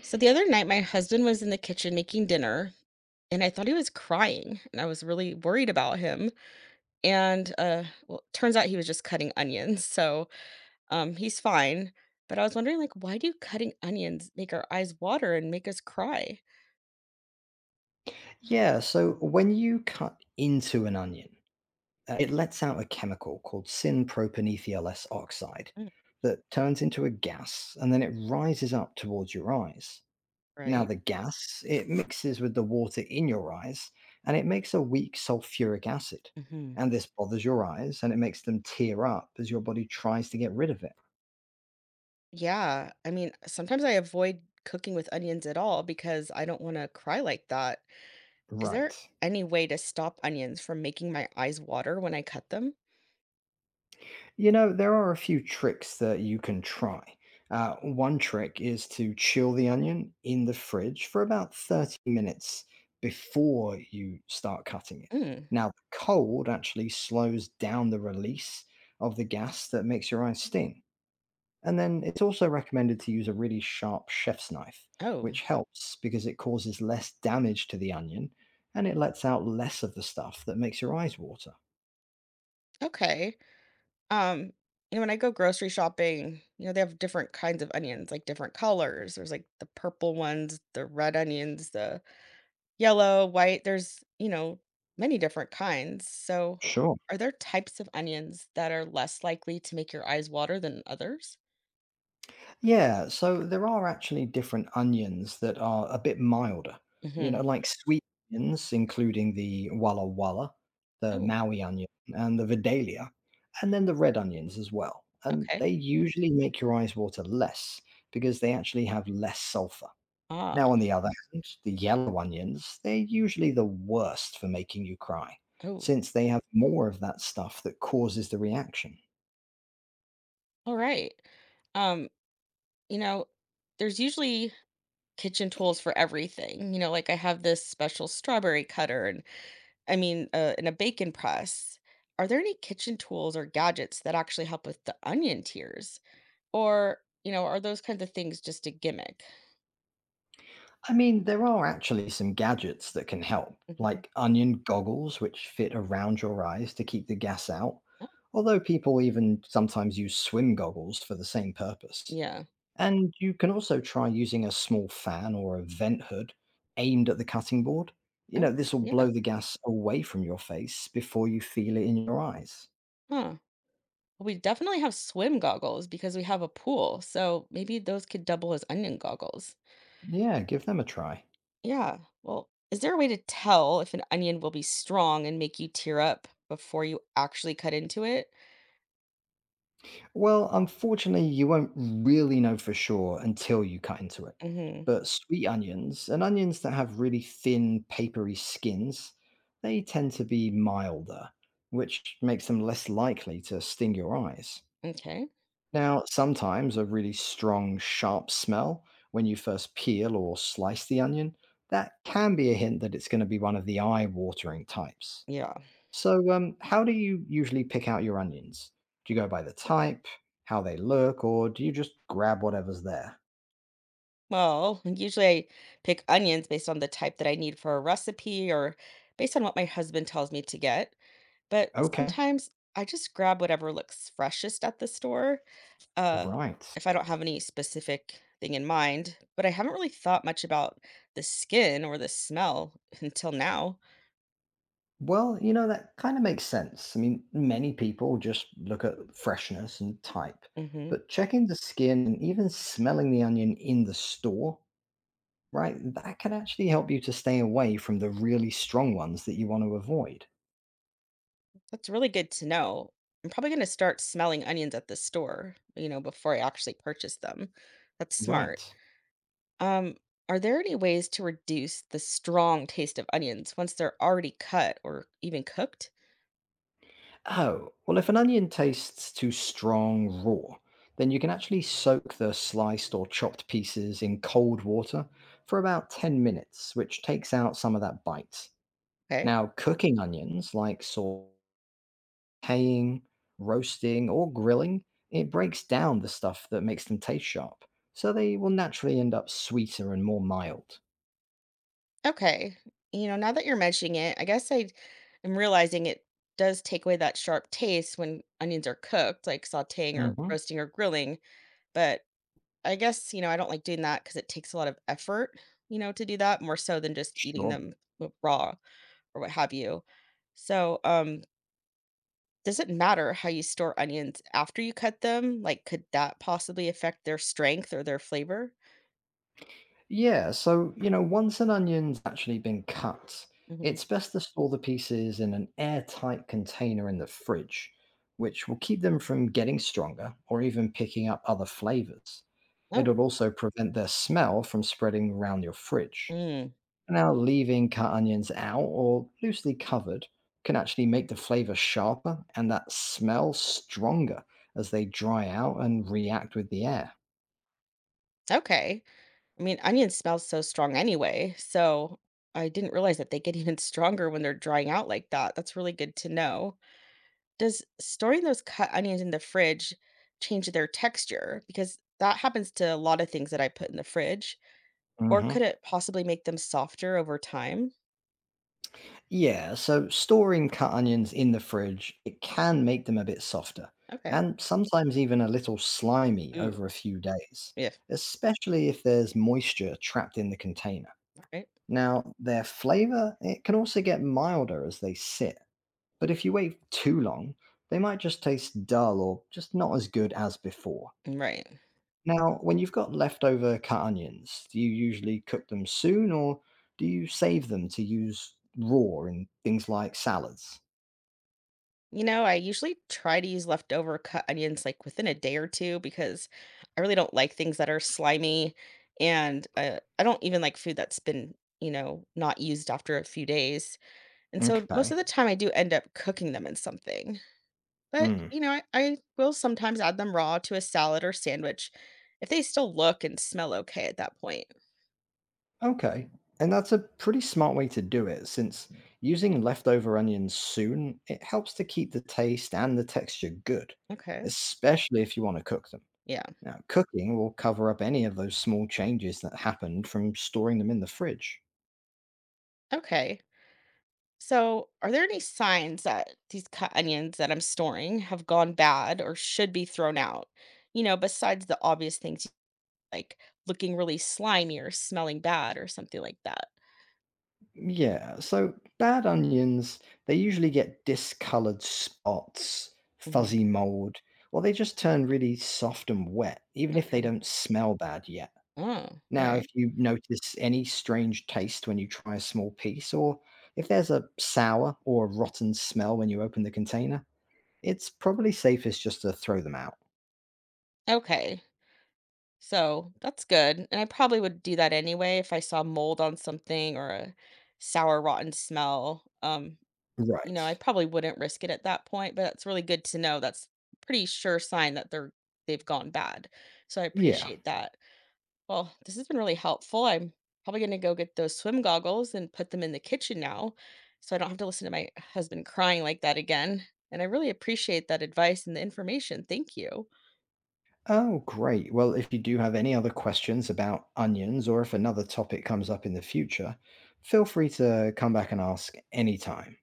So the other night, my husband was in the kitchen making dinner, and I thought he was crying, and I was really worried about him. And turns out he was just cutting onions, so he's fine. But I was wondering, like, why do cutting onions make our eyes water and make us cry? Yeah, so when you cut into an onion, it lets out a chemical called syn-propanethiol S oxide Mm. that turns into a gas and then it rises up towards your eyes. Now, Right? the gas, it mixes with the water in your eyes and it makes a weak sulfuric acid. Hmm. And this bothers your eyes and it makes them tear up as your body tries to get rid of it. Yeah, I mean, sometimes I avoid cooking with onions at all because I don't wanna cry like that. Is Right. there any way to stop onions from making my eyes water when I cut them? You know, there are a few tricks that you can try. One trick is to chill the onion in the fridge for about 30 minutes before you start cutting it. Mm. Now, the cold actually slows down the release of the gas that makes your eyes sting. And then it's also recommended to use a really sharp chef's knife, Oh, which helps because it causes less damage to the onion and it lets out less of the stuff that makes your eyes water. okay. Um, you know, when I go grocery shopping, you know, they have different kinds of onions, like different colors. There's like the purple ones, the red onions, the yellow, white. There's, you know, many different kinds. So, Sure. are there types of onions that are less likely to make your eyes water than others? Yeah, so there are actually different onions that are a bit milder, you know, Mhm. like sweet onions, including the Walla Walla, the Oh, Maui onion, and the Vidalia, and then the red onions as well. And they okay. usually make your eyes water less because they actually have less sulfur. Now, Ah, on the other hand, the yellow onions, they're usually the worst for making you cry, oh, since they have more of that stuff that causes the reaction. all right. Um, you know, there's usually kitchen tools for everything. You know, like I have this special strawberry cutter and and a bacon press. Are there any kitchen tools or gadgets that actually help with the onion tears? Or, you know, are those kinds of things just a gimmick? I mean, there are actually some gadgets that can help, Hmm. like onion goggles, which fit around your eyes to keep the gas out, Oh, although people even sometimes use swim goggles for the same purpose. yeah. And you can also try using a small fan or a vent hood aimed at the cutting board. You Oh, know, this will blow yeah. the gas away from your face before you feel it in your eyes. Huh. Well, we definitely have swim goggles because we have a pool. So maybe those could double as onion goggles. Yeah, give them a try. Yeah. Well, is there a way to tell if an onion will be strong and make you tear up before you actually cut into it? Well, unfortunately, you won't really know for sure until you cut into it. Hmm. But sweet onions and onions that have really thin, papery skins, they tend to be milder, which makes them less likely to sting your eyes. Okay. Now, sometimes a really strong, sharp smell when you first peel or slice the onion, that can be a hint that it's going to be one of the eye-watering types. Yeah. So, how do you usually pick out your onions? Do you go by the type, how they look, or do you just grab whatever's there? Well, usually I pick onions based on the type that I need for a recipe or based on what my husband tells me to get. But Okay, sometimes I just grab whatever looks freshest at the store uh, right. if I don't have any specific thing in mind. But I haven't really thought much about the skin or the smell until now. Well, you know, that kind of makes sense. I mean, many people just look at freshness and type, Hmm. but checking the skin and even smelling the onion in the store, right? That can actually help you to stay away from the really strong ones that you want to avoid. That's really good to know. I'm probably going to start smelling onions at the store, you know, before I actually purchase them. That's Right. smart. Um, are there any ways to reduce the strong taste of onions once they're already cut or even cooked? Oh, well, if an onion tastes too strong raw, then you can actually soak the sliced or chopped pieces in cold water for about 10 minutes, which takes out some of that bite. Okay. Now, cooking onions like sauteing, roasting, or grilling, it breaks down the stuff that makes them taste sharp. So they will naturally end up sweeter and more mild. Okay. You know, now that you're mentioning it, I guess I am realizing it does take away that sharp taste when onions are cooked, like sauteing or Hmm. roasting or grilling. But I guess, you know, I don't like doing that because it takes a lot of effort, you know, to do that more so than just eating Sure. them w raw or what have you. So, does it matter how you store onions after you cut them? Like, could that possibly affect their strength or their flavor? Yeah, so, you know, once an onion's actually been cut, Mhm. it's best to store the pieces in an airtight container in the fridge, which will keep them from getting stronger or even picking up other flavors. Oh. It'll also prevent their smell from spreading around your fridge. Mm. Now, leaving cut onions out or loosely covered can actually make the flavor sharper and that smell stronger as they dry out and react with the air. Okay. I mean, onions smell so strong anyway, so I didn't realize that they get even stronger when they're drying out like that. That's really good to know. Does storing those cut onions in the fridge change their texture? Because that happens to a lot of things that I put in the fridge. Or could Mhm. it possibly make them softer over time? Yeah, so storing cut onions in the fridge, it can make them a bit softer Okay. and sometimes even a little slimy Mm, over a few days, yeah. especially if there's moisture trapped in the container. All right. Now, their flavor, it can also get milder as they sit, but if you wait too long, they might just taste dull or just not as good as before. Mm. Right. Now, when you've got leftover cut onions, do you usually cook them soon or do you save them to use raw in things like salads? You know, I usually try to use leftover cut onions like within a day or two because I really don't like things that are slimy. And I don't even like food that's been, you know, not used after a few days. And so most of Okay. the time I do end up cooking them in something. But, Mm. you know, I will sometimes add them raw to a salad or sandwich if they still look and smell okay at that point. Okay. And that's a pretty smart way to do it, since using leftover onions soon, it helps to keep the taste and the texture good, Okay. especially if you want to cook them. Yeah. Now, cooking will cover up any of those small changes that happened from storing them in the fridge. Okay. So, are there any signs that these cut onions that I'm storing have gone bad or should be thrown out? You know, besides the obvious things like looking really slimy or smelling bad or something like that. Yeah, so bad onions, they usually get discolored spots, Hmm. fuzzy mold, or they just turn really soft and wet, even if they Okay. don't smell bad yet. Oh, all Now, if right. you notice any strange taste when you try a small piece, or if there's a sour or rotten smell when you open the container, it's probably safest just to throw them out. Okay. So, that's good, and I probably would do that anyway if I saw mold on something or a sour, rotten smell. You know, I Right. probably wouldn't risk it at that point, but that's really good to know. That's pretty sure sign that they've gone bad. So I Yeah. appreciate that. Well, this has been really helpful. I'm probably gonna go get those swim goggles and put them in the kitchen now so I don't have to listen to my husband crying like that again. And I really appreciate that advice and the information. Thank you. Oh, great. Well, if you do have any other questions about onions or if another topic comes up in the future, feel free to come back and ask anytime.